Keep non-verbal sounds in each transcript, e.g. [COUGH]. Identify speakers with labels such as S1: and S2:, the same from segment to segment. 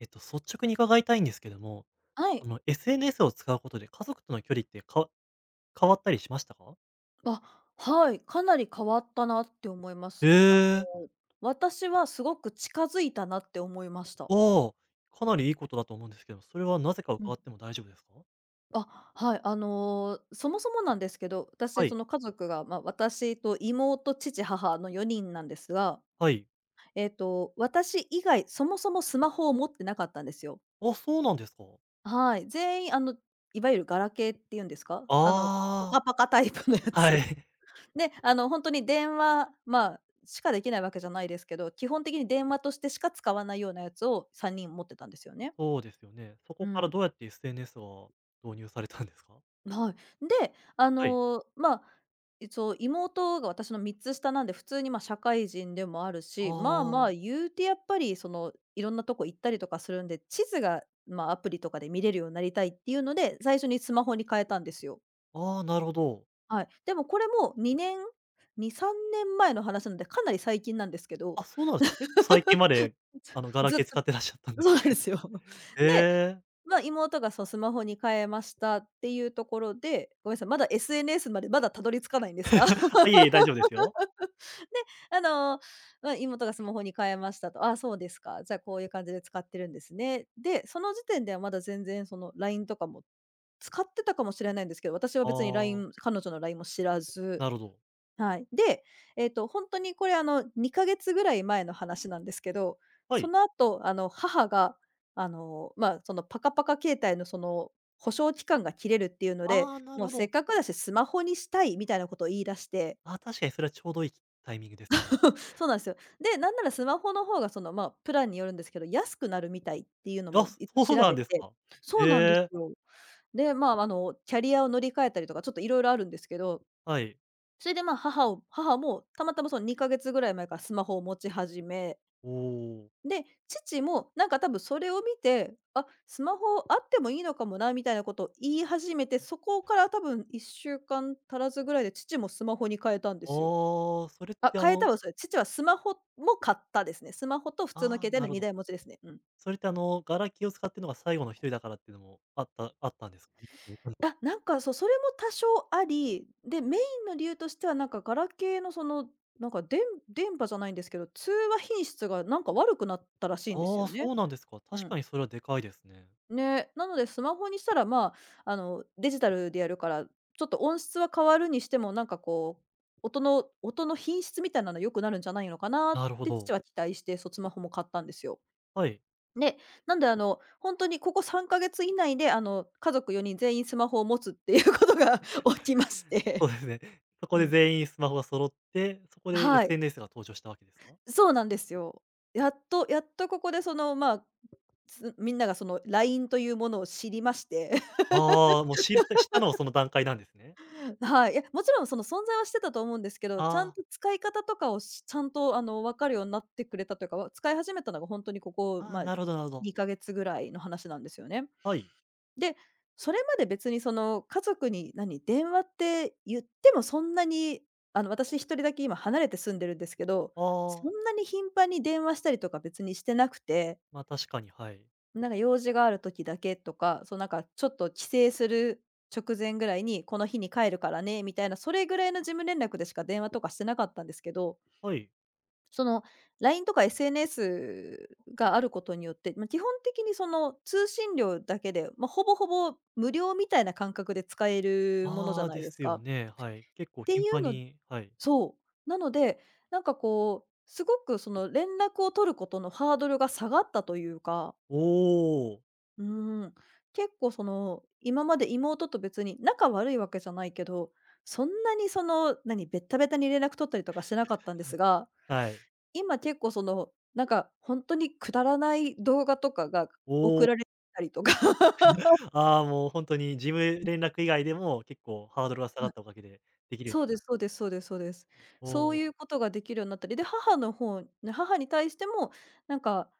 S1: 率直に伺いたいんですけども、
S2: はい。
S1: SNS を使うことで家族との距離ってか変わったりしましたか？
S2: あ、はい、かなり変わったなって思いま
S1: へ
S2: す。
S1: え、
S2: 私はすごく近づいたなって思いました。
S1: ああ、かなりいいことだと思うんですけど、それはなぜか
S2: うん。
S1: 伺っても大丈夫ですか？
S2: あ、はい、そもそもなんですけど、
S1: は
S2: 私そ
S1: い、
S2: の家族が、まあ、私と妹、父、母の4人なんですが、
S1: はい。
S2: 私以外、そもそもスマホを持ってなかったんですよ。
S1: あ、そうなんですか。
S2: はい、全員いわゆるガラケーっていうんですか？あの、パ
S1: ああ、
S2: カパカタイプのやつ。
S1: はい。[LAUGHS]
S2: で、あの、本当に電話、まあ、しかできないわけじゃないですけど、基本的に電話としてしか使わないようなやつを3人持ってたんですよね。
S1: そうですよね。そ
S2: う
S1: こから
S2: ん。
S1: どうやって SNS は導入されたんですか？
S2: はい。で、
S1: はい。
S2: そう、一応妹が私の3つ下なんで、普通に、ま、社会人でもあるし、まあまあ、
S1: あ
S2: 言うてやっぱり、その、いろんなとこ行ったりとかするんで、地図が、ま、アプリとかで見れるようになりたいっていうので、最初にスマホに変えたんですよ。
S1: あ、ああ、なるほど。
S2: はい。でもこれも2、3年前の話なので、かなり最近なんですけど、
S1: あ、そうなんですね。結構最近まで、ガラ
S2: ずっ
S1: ケー
S2: と
S1: 使ってらっしゃったん
S2: [LAUGHS]
S1: で。
S2: そうなんですよ。[LAUGHS]
S1: [LAUGHS] へ
S2: で、
S1: え。
S2: まあ、妹がそうスマホに変えましたっていうところで、ごめんなさい、まだ SNS までまだたどり着かないんですが、[LAUGHS]
S1: あ、いえいえ、大丈夫ですよ。
S2: あの、まあ、妹がスマホに変えましたと、ああ、そうですか、じゃあこういう感じで使ってるんですね。で、その時点ではまだ全然その LINE とかも使ってたかもしれないんですけど、私は
S1: あ
S2: 別に
S1: あ、
S2: LINE、彼女の LINE も知らず、
S1: なるほど。
S2: はい。で、本当にこれ、あの、2か月ぐらい前の話なんですけど、
S1: は
S2: そ
S1: い。
S2: の後、あの、母が、あの、まあ、その、パカパカ携帯の、その、保証期間が切れるっていうので、
S1: ああ、なる
S2: もう
S1: ほ
S2: せっ
S1: ど。
S2: かくだしスマホにしたいみたいなことを言い出して、
S1: あ、確かにそれはちょうどいいきタイミングですね。
S2: [LAUGHS] そうなんですよ。で、なんならスマホの方が、その、まあ、プランによるんですけど、安くなるみたいっていうの
S1: あ、
S2: も一応
S1: そう
S2: 調
S1: なん
S2: べ
S1: です
S2: て
S1: か。
S2: そうなんです
S1: ええ、
S2: よ。で、まあ、あの、キャリアを乗り換えたりとか、ちょっといろいろあるんですけど、
S1: はい。
S2: それで、ま、母もたまたまその2か月ぐらい前からスマホを持ち始め、
S1: おお。
S2: で、父もなんか多分それを見て、あ、スマホあってもいいのかもなみたいなことを言い始めて、そこから多分1週間足らずぐらいで父もスマホに変えたんですよ。
S1: ああ、それっ
S2: あ、
S1: て
S2: 変えたはそれ、父はスマホも買ったですね。スマホと普通の携
S1: ああ、
S2: 帯
S1: な
S2: の
S1: るほ
S2: 2
S1: ど。
S2: 台持ちですね。うん。
S1: それってガラケーを使ってるのが最後の一人だからっていうのもあったんですか？[LAUGHS]
S2: あ、なんか、そう、それも多少あり、で、メインの理由としては、なんか、ガラケーの、その、なんか、電波じゃないんですけど、通話品質が、なんか、悪くなったらしいんです
S1: あ
S2: よ
S1: あ、
S2: ね。
S1: そうなんですか。
S2: う
S1: 確
S2: ん。
S1: かにそれはでかいですね。
S2: ね、なのでスマホにしたら、まあ、あの、デジタルでやるから、ちょっと音質は変わるにしても、なんか、こう、音の品質みたいなのは良くなるんじゃないのかなっ
S1: なるほ
S2: て父
S1: ど。
S2: は期待して、そう、スマホも買ったんですよ。
S1: はい。
S2: ね、なんであの、本当にここ3ヶ月以内で、あの、家族4人全員スマホを持つっていうことが [LAUGHS] 起きまし
S1: そ
S2: て。
S1: うですね。[LAUGHS] そこ
S2: う
S1: で
S2: ん。
S1: 全員スマホが揃って、そこで
S2: はい。
S1: SNS が登場したわけですか？
S2: そうなんですよ。やっとここでその、まあ、みんながその LINE というものを知りまして。
S1: ああ、もう知ったのはその段階なんですね。
S2: [LAUGHS] はい。いや、もちろんその存在はしてたと思うんですけど、
S1: あ
S2: ちゃん
S1: あ、
S2: と使い方とかをちゃんとあの、分かるようになってくれたというか、使い始めたのが本当にここ、
S1: ああ、
S2: まあ、
S1: なるほどなるほど。
S2: 2ヶ月ぐらいの話なんですよね。
S1: はい。
S2: で、それまで別にその家族に何、電話って言ってもそんなに、あの、私一人だけ今離れて住んでるんですけど、
S1: あ
S2: そ
S1: あ、
S2: んなに頻繁に電話したりとか別にしてなくて、
S1: 確かに、はい。
S2: なんか用事がある時だけとか、そうなんかちょっと省する直前ぐらいに、この日に帰るからねみたいな、それぐらいの事務連絡でしか電話とかしてなかったんですけど、
S1: はい。
S2: その LINE とか SNS があることによって、まあ、基本的にその通信料だけで、まあ、ほぼほぼ無料みたいな感覚で使えるものじ
S1: あ
S2: ゃ
S1: あ、
S2: ない
S1: で
S2: です
S1: すよ
S2: か。
S1: ね、はい。
S2: っ
S1: 結構
S2: て
S1: 頻
S2: いう
S1: 繁
S2: の、
S1: にはい。
S2: そう。なので、なんかこう、すごくその連絡を取ることのハードルが下がったというか、
S1: おお、
S2: うん、結構その、今まで妹と別に仲悪いわけじゃないけど、そんなにその、何、べったべたに連絡取ったりとかしてなかったんですが、
S1: はい。
S2: 今結構その、なんかほんとにくだらない動画とかが
S1: おお、
S2: 送られたりとか、 [LAUGHS]
S1: ああ、もう本当に事務連絡以外でも結構ハードルが下
S2: は
S1: が
S2: い、
S1: ったおかげでできるよ
S2: そ
S1: う
S2: う
S1: に
S2: で
S1: なっ
S2: すそ
S1: た。
S2: うですそうですそうです。
S1: お
S2: そう
S1: お、
S2: いうことができるようになったり、で、母の方母に対しても、なんか、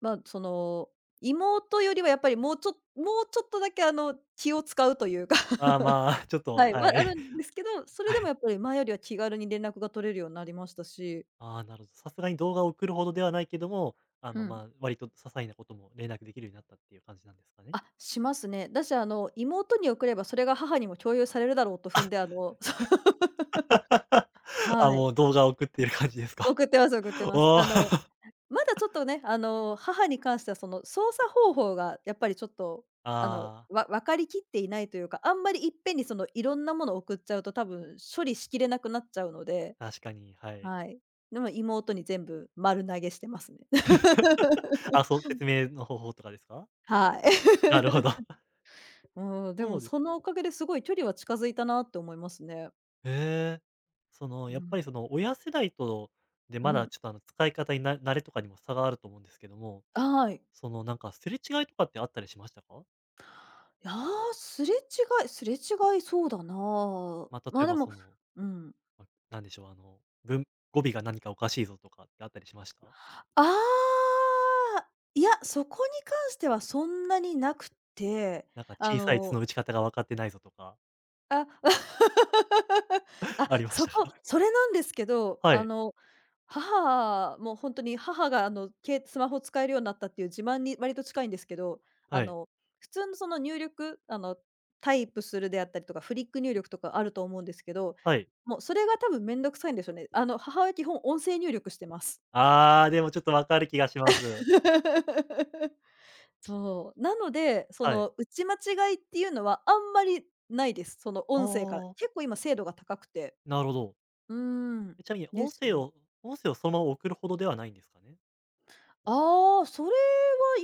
S2: ま、その、妹よりはやっぱりもうちょっとだけあの、気を使うというか、[LAUGHS]
S1: ああ、まあ、[LAUGHS] ちょっ
S2: は
S1: と、
S2: い、は
S1: はい。
S2: あるんですけど、そ
S1: [LAUGHS]
S2: れ
S1: は
S2: でも
S1: い。
S2: やっぱり前よりは気軽に連絡が取れるようになりましたし、
S1: ああ、なるほど。さすがに動画を送るほどではないけども、
S2: うん。
S1: まあ、割と些細なことも連絡できるようになったっていう感じなんですかね？
S2: あ、しますね。だし、あの、妹に送ればそれが母にも共有されるだろうと踏んで、あのそう。
S1: [LAUGHS] あ、
S2: はい。
S1: もう動画を送っている感じですか？
S2: 送ってます送って
S1: [LAUGHS]
S2: ます。
S1: おお。
S2: あの、
S1: [LAUGHS]
S2: まだちょっとね、あの、母に関してはその操作方法がやっぱりちょっと、あの、
S1: ああ、
S2: 分かりきっていないというか、あんまりいっぺんにそのいろんなものを送っちゃうと多分処理しきれなくなっちゃうので、
S1: 確かに、はい。
S2: はい。でも妹に全部丸投げしてますね。
S1: [LAUGHS] あ、そう、
S2: [LAUGHS]
S1: 説明の方法とかですか？
S2: はい。
S1: なるほ
S2: [LAUGHS]
S1: ど。[LAUGHS]
S2: うん、で
S1: そ
S2: も
S1: うです。
S2: そのおかげですごい距離は近づいたなって思いますね。
S1: へえ。その、
S2: う
S1: やっぱ
S2: ん。
S1: りその親世代とで、
S2: う
S1: まだ
S2: ん。
S1: ちょっとあの使い方に慣れとかにも差があると思うんですけども、
S2: はい。
S1: そのなんかすれ違いとかってあったりしましたか？
S2: いやあ、すれ違いそうだな。
S1: まあ、
S2: ま
S1: 例
S2: あ、
S1: え
S2: で
S1: ば
S2: も
S1: その、
S2: うん。
S1: なんでしょう、語尾が何かおかしいぞとかってあったりしました？
S2: ああ、いや、そこに関してはそんなになくて、
S1: なんか
S2: あ
S1: 小さいつ
S2: の
S1: の打ち方が分かってないぞとか、
S2: あ、[LAUGHS] あ、
S1: [LAUGHS] ありまし
S2: そ
S1: たか？
S2: こ、それなんですけど、
S1: は
S2: あ
S1: い、
S2: の、母もう本当に母があの、スマホ使えるようになったっていう自慢に割と近いんですけど、あ
S1: はい、
S2: の、普通のその入力、あの、タイプするであったりとか、フリック入力とかあると思うんですけど、
S1: はい。
S2: もうそれが多分めんどくさいんでしょうね。あの、母親基本音声入力してます。
S1: ああ、でもちょっと分かる気がします。
S2: [LAUGHS] そう、なので、そ
S1: はい。
S2: の打ち間違いっていうのはあんまりないです。その
S1: あ
S2: 音声から。
S1: あ、
S2: 結構今精度が高くて。
S1: なるほど。
S2: うーん、
S1: え、ちなみに
S2: で
S1: 音
S2: す
S1: 声
S2: ね。
S1: を音声をそのまま送るほどではないんですかね？
S2: ああ、それは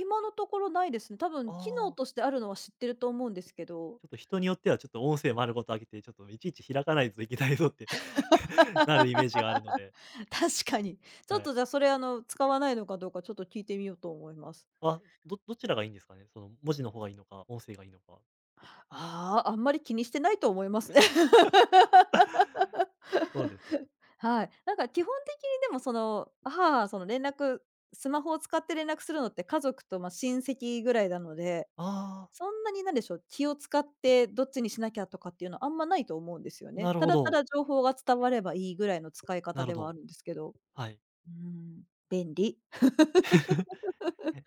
S2: 今のところないですね。多分
S1: あ
S2: 機能
S1: あ、
S2: としてあるのは知ってると思うんですけど、
S1: ちょっと人によってはちょっと音声丸ごと上げて、ちょっといちいち開かないといけないぞって [LAUGHS] なるイメージがあるので、
S2: [LAUGHS] 確かに。ちょ
S1: は
S2: っ
S1: い。
S2: とじゃあそれ、あの、使わないのかどうかちょっと聞いてみようと思います。
S1: あ、どちらがいいんですかね？その文字の方がいいのか、音声がいいのか。
S2: ああ、あんまり気にしてないと思いますね。[LAUGHS]
S1: そうですね。
S2: はい。なんか基本的にでもその、母はその連絡スマホを使って連絡するのって家族と、ま、親戚ぐらいなので、
S1: あ
S2: そんなになんでしょう、気を使ってどっちにしなきゃとかっていうのはあんまないと思うんですよ
S1: あ、
S2: ね。
S1: なる
S2: た
S1: ほ
S2: だた
S1: ど、
S2: だ情報が伝わればいいぐらいの使い
S1: な
S2: 方
S1: るほ
S2: ではあ
S1: ど。
S2: るんですけど。
S1: はい。
S2: うーん、便利。
S1: [LAUGHS]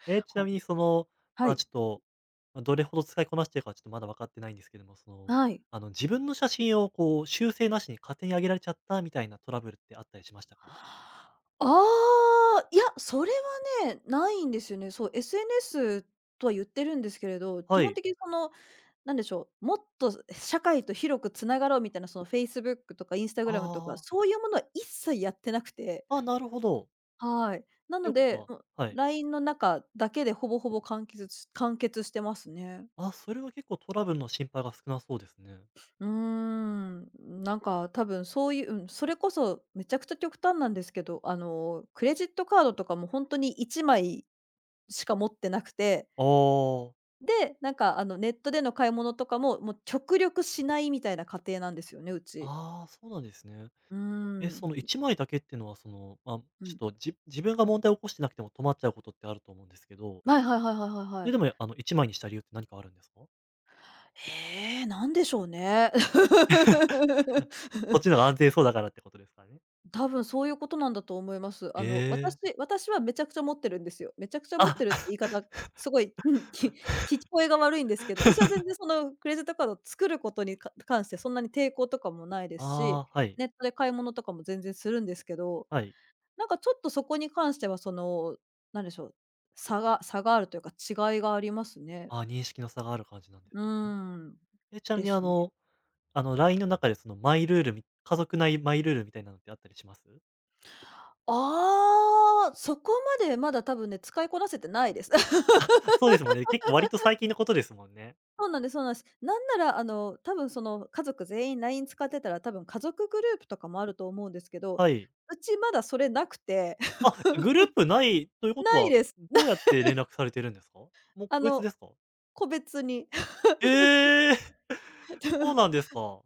S1: え、ち
S2: は
S1: なみにその、
S2: は
S1: まあ、
S2: い、
S1: ちょっと、どれほど使いこなしてるかはちょっとまだ分かってないんですけども、
S2: はい。
S1: 自分の写真をこう修正なしに勝手に上げられちゃったみたいなトラブルってあったりしましたか？
S2: ああ、いや、それはね、ないんですよね。そう、SNS とは言ってるんですけれど、基
S1: は
S2: 本
S1: い。
S2: 的にその、なんでしょう、もっと社会と広くつながろうみたいな、その Facebook とか Instagram とか、
S1: あ
S2: そういうものは一切やってなくて。
S1: あ、あ、なるほど。
S2: はい。な
S1: とい
S2: の
S1: うこと
S2: で、
S1: は
S2: もう
S1: はい。
S2: LINE の中だけでほぼほぼ完結してますね。
S1: あ、それは結構トラブルの心配が少なそうですね。
S2: うーん、なんか多分そういう、うん、それこそめちゃくちゃ極端なんですけど、あの、クレジットカードとかも本当に1枚しか持ってなくて、
S1: ああ。
S2: で、なんかあの、ネットでの買い物とかも、もう極力しないみたいな家庭なんですよね、うち。
S1: ああ、そうなんですね。
S2: うー
S1: え、
S2: ん、
S1: その1枚だけっていうのは、その、まあ、
S2: う
S1: ち
S2: ん。
S1: ょっと、自分が問題を起こしてなくても止まっちゃうことってあると思うんですけど、
S2: はいはいはいはいはい
S1: そ
S2: は
S1: れ
S2: い。
S1: でも、1枚にした理由って何かあるんですか？[LAUGHS]
S2: ええ、なんでしょうね。[LAUGHS]
S1: こっちの方が安全そうだからってことですかね？
S2: 多分そういうことなんだと思います。あ
S1: え
S2: の、私
S1: え。
S2: 私はめちゃくちゃ持ってるんですよ。めちゃくちゃ持っ
S1: あ、
S2: てるって言
S1: [LAUGHS]
S2: い方、すごい、うん、[LAUGHS] 聞こえが悪いんですけど、私は全然そのクレジットカードを作ることに関してそんなに抵抗とかもないですし、
S1: ああ、はい。
S2: ネットで買い物とかも全然するんですけど、
S1: はい。
S2: なんかちょっとそこに関してはその、なんでしょう、差があるというか違いがありますね。
S1: ああ、認識の差がある感じなんです。
S2: うん。
S1: え、ちなみ
S2: で
S1: に、
S2: すね。
S1: LINE の中で、その、マイルールみ家族内マイルールみたいなのってあったりします？
S2: ああ、そこまでまだ多分ね、使いこなせてないです。
S1: そうですもんね。結構割と最近のことですもんね。
S2: そうなんです、そうなんです。なんなら、あの、多分その家族全員 LINE 使ってたら、多分家族グループとかもあると思うんですけど、
S1: はい。
S2: うちまだそれなくて、
S1: あ、
S2: [LAUGHS]
S1: グループないということ
S2: ない
S1: は、
S2: です。
S1: どうやって連絡されてるんですか？もう
S2: あ
S1: 個別
S2: の、
S1: ですか？
S2: 個別に。
S1: ええー！[LAUGHS] そうなん
S2: [LAUGHS]
S1: ですか。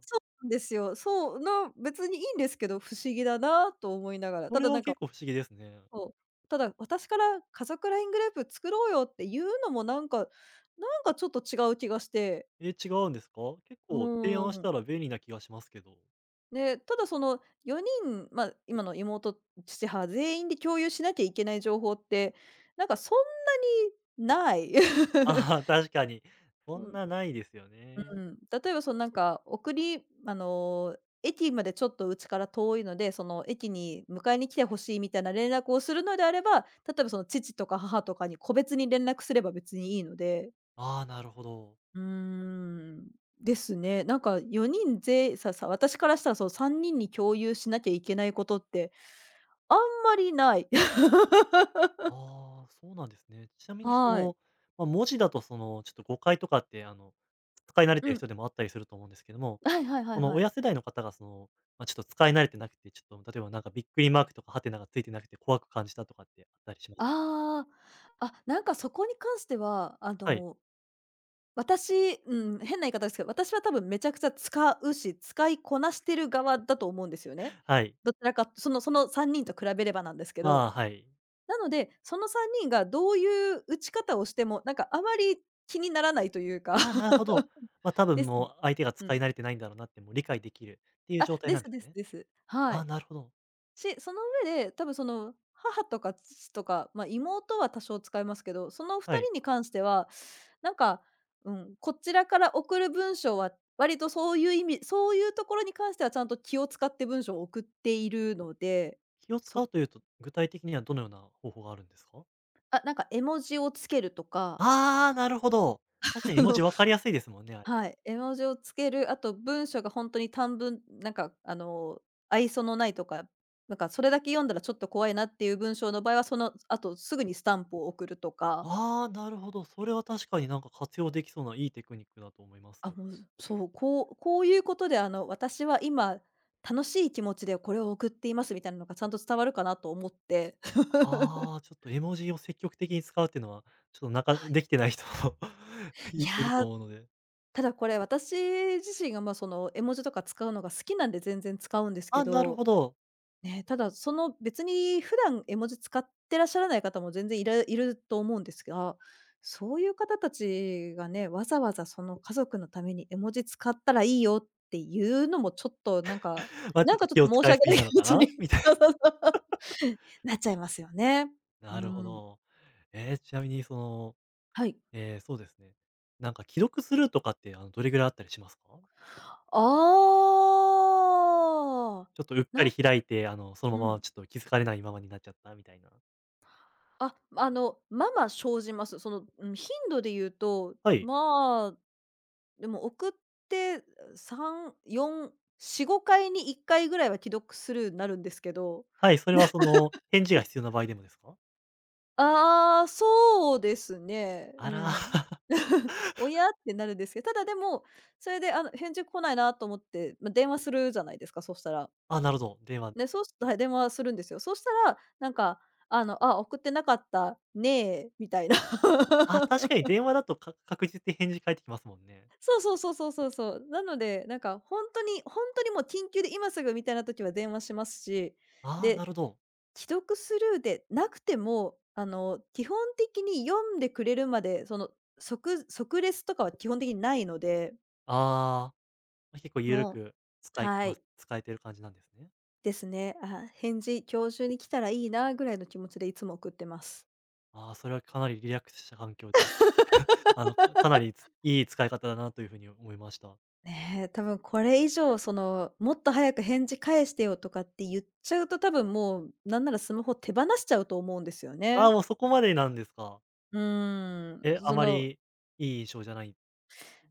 S2: ですよ。そう、な別にいいんですけど、不思議だなと思いながら。
S1: そ
S2: た
S1: れ
S2: だな
S1: は
S2: んか、
S1: 結構不思議ですね。
S2: そう、ただ私から家族 LINE グループ作ろうよっていうのもなんか、なんかちょっと違う気がして。
S1: え、違うんですか？結
S2: う
S1: 構提
S2: ー
S1: 案し
S2: ん。
S1: たら便利な気がしますけど。
S2: で、ただその4人、まあ、今の妹、父、母全員で共有しなきゃいけない情報って、なんかそんなにない。
S1: ああ、
S2: [LAUGHS]
S1: 確かに。そ
S2: う
S1: ん
S2: ん、
S1: なないですよ
S2: う
S1: ね。
S2: ん。例えばそのなんか、あの、駅までちょっとうちから遠いので、その駅に迎えに来てほしいみたいな連絡をするのであれば、例えばその父とか母とかに個別に連絡すれば別にいいので。
S1: ああ、なるほど。
S2: うーん、ですね。なんか4人ぜささ私からしたらその3人に共有しなきゃいけないことってあんまりない。[LAUGHS]
S1: ああ、そうなんですね。ちなみにそ
S2: はい。
S1: の、まあ、文字だとその、ちょっと誤解とかって使い慣れて
S2: う
S1: る
S2: ん。
S1: 人でもあったりすると思うんですけども、
S2: はいはいは
S1: こ
S2: い
S1: の
S2: はい。
S1: 親世代の方がその、まあ、ちょっと使い慣れてなくて、ちょっと例えばなんかびっくりマークとかハテナがついてなくて怖く感じたとかってあったりします？
S2: ああ、あ、なんかそこに関しては、あ
S1: はい。
S2: の、私、うん、変な言い方ですけど、私は多分めちゃくちゃ使うし、使いこなしてる側だと思うんですよね。
S1: はい。
S2: どちらかその3人と比べればなんですけど。
S1: まあ、はい。
S2: なので、その3人がどういう打ち方をしても、なんかあまり気にならないというか。
S1: まあ、なるほど。
S2: [LAUGHS]
S1: まあ、多
S2: で
S1: 分
S2: すね。
S1: もう相手が
S2: う
S1: 使
S2: ん。
S1: い慣れてないんだろうなってもう理解できるっていう
S2: あ、
S1: 状態
S2: で
S1: なん
S2: す
S1: で
S2: で
S1: す
S2: す
S1: ね。
S2: です。は
S1: あ
S2: い。
S1: あ、なるほど。
S2: し、その上で、多分その、母とか父とか、まあ、妹は多少使いますけど、その
S1: は
S2: 2人
S1: い。
S2: に関しては、なんか、うん、こちらから送る文章は、割とそういう意味そういうところに関してはちゃんと気を使って文章を送っているので、
S1: 気を使
S2: そ
S1: うというと、具体的にはどのような方法があるんですか？
S2: あ、なんか絵文字をつけるとか、
S1: ああ、なるほど。確か
S2: [LAUGHS]
S1: に
S2: あ
S1: 絵文
S2: の
S1: 字分かりやすいですもんね、あれ。
S2: はい、絵文字をつける、あと文章が本当に短文、なんかあの、愛想のないとか、なんかそれだけ読んだらちょっと怖いなっていう文章の場合は、その後すぐにスタンプを送るとか、
S1: ああ、なるほど。それは確かになんか活用できそうないいテクニックだと思います。
S2: あ、もう、そう、こういうことであの、私は今楽しい気持ちでこれを送っていますみたいなのがちゃんと伝わるかなと思って。
S1: ああ、ちょっと絵文字を積極的に使うっていうのは、ちょっとなかで
S2: [LAUGHS]
S1: きてない人も [LAUGHS]
S2: い。
S1: いると思うので、
S2: ただこれ私自身が、ま、その絵文字とか使うのが好きなんで全然使うんですけ
S1: あ、なる
S2: ど
S1: ほど。
S2: ね、ただ、その別に普段絵文字使ってらっしゃらない方も全然いると思うんですが、そういう方たちがね、わざわざその家族のために絵文字使ったらいいよっていうのもちょっとなんか、
S1: [LAUGHS] ま、ち
S2: な
S1: ょっ
S2: ん
S1: と
S2: かちょっ
S1: 気を
S2: と申し
S1: 使いす
S2: 訳な
S1: ぎ
S2: い
S1: なの
S2: 気持
S1: か
S2: ちに
S1: な [LAUGHS]
S2: [LAUGHS]
S1: みたい
S2: そうそうそう [LAUGHS]、なっちゃいますよね。
S1: な。
S2: う
S1: なるほ
S2: ん、
S1: ど。ちなみにその、
S2: はい。
S1: そうですね。なんか既読スルーとかって、あの、どれぐらいあったりしますか？
S2: ああ、
S1: ちょっとうっか
S2: な
S1: り
S2: ん
S1: 開いて、あの、その
S2: う
S1: まま
S2: ん。
S1: ちょっと気づかれないままになっちゃったみたいな。
S2: あ、あの、まあまあ生じます。その、うん、頻度で言うと、
S1: はい。
S2: まあでも送って、う3、4、4、5回に1回ぐらいは既読スルーになるんですけど。
S1: はい、それはそ
S2: [LAUGHS]
S1: の、返事が必要な場合でもですか？
S2: ああ、そうですね。
S1: あ
S2: う
S1: ら
S2: ん。
S1: ー。
S2: [LAUGHS]「おや？」ってなるんですけど、ただでも、それであの返事来ないなと思って、まあ、電話するじゃないですか、そしたら。
S1: [LAUGHS] あ、なるほど、電話。
S2: ね、そうしたら電話するんですよ。そうしたら、なんかあの、「あ、送ってなかったねえ」みたいな。
S1: あ、確か
S2: [LAUGHS]
S1: に電話だとか確実に返事返ってきますもんね。
S2: そうそうそうそうそうそう。なので、なんか本当にもう緊急で今すぐみたいな時は電話しますし、
S1: ああ、
S2: で、
S1: なるほど。
S2: 既読スルーでなくても、あの、基本的に読んでくれるまで、その、即レスとかは基本的にないので、
S1: ああ、結構ゆる
S2: もう、
S1: く使い
S2: は
S1: こな
S2: い、
S1: す使えてる感じなんですね。
S2: ですね。あ、返事今日中に来たらいいなぐらいの気持ちでいつも送ってます。
S1: ああ、それはかなりリラックスした環境で、か [LAUGHS] なりいい使い方だなという風に思いました。
S2: ねえ、多分これ以上その、もっと早く返事返してよとかって言っちゃうと、多分もう、なんならスマホ手放しちゃうと思うんですよ
S1: あ
S2: ね。
S1: あ、もうそこまでなんですか。
S2: うーん、
S1: え、あ
S2: そ
S1: ま
S2: の、
S1: りいい印象じゃない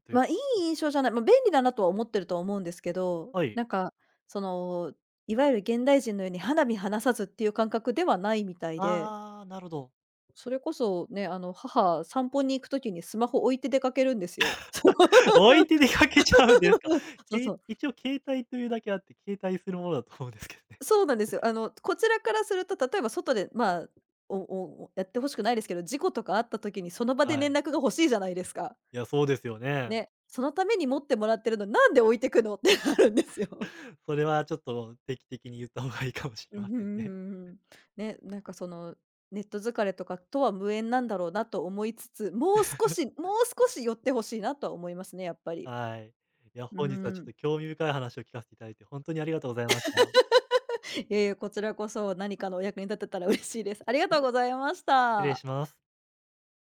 S1: という
S2: まあ、いい
S1: か。
S2: 印象じゃない、まあ、便利だなとは思ってるとは思うんですけど、
S1: はい。
S2: なんか、その、いわゆる現代人のように花火離さずっていう感覚ではないみたいで、
S1: ああ、なるほど。
S2: それこそね、あの、母、散歩に行く時にスマホ置いて出かけるんですよ。
S1: [LAUGHS] 置いて出かけちゃうんですか。
S2: [LAUGHS] そう
S1: け
S2: そ
S1: い
S2: う。
S1: 一応携帯というだけあって、携帯するものだと思うんですけどね。
S2: そうなんですよ。あの、こちらからすると、例えば外で、まあ、おやってほしくないですけど、事故とかあった時にその場で
S1: は
S2: 連
S1: い。
S2: 絡が欲しいじゃないですか。
S1: いや、そうですよね。
S2: ね、そのために持ってもらってるのなんで置いてくのってなるんですよ。
S1: それはちょっと定期的に言った方がいいかもし
S2: う
S1: れ
S2: ん、ん
S1: ま
S2: う
S1: せんね。
S2: んうん。ね、なんかその、ネット疲れとかとは無縁なんだろうなと思いつつ、もう少し寄ってほしいなとは思いますね、やっぱり。
S1: はい。いや、
S2: う
S1: 本日はちょっ
S2: ん。
S1: と興味深い話を聞かせていただいて、本当にありがとうございました。
S2: いえいえ、こちらこそ何かのお役に立てたら嬉しいです。ありがとうございまし
S1: 失礼
S2: た。
S1: します。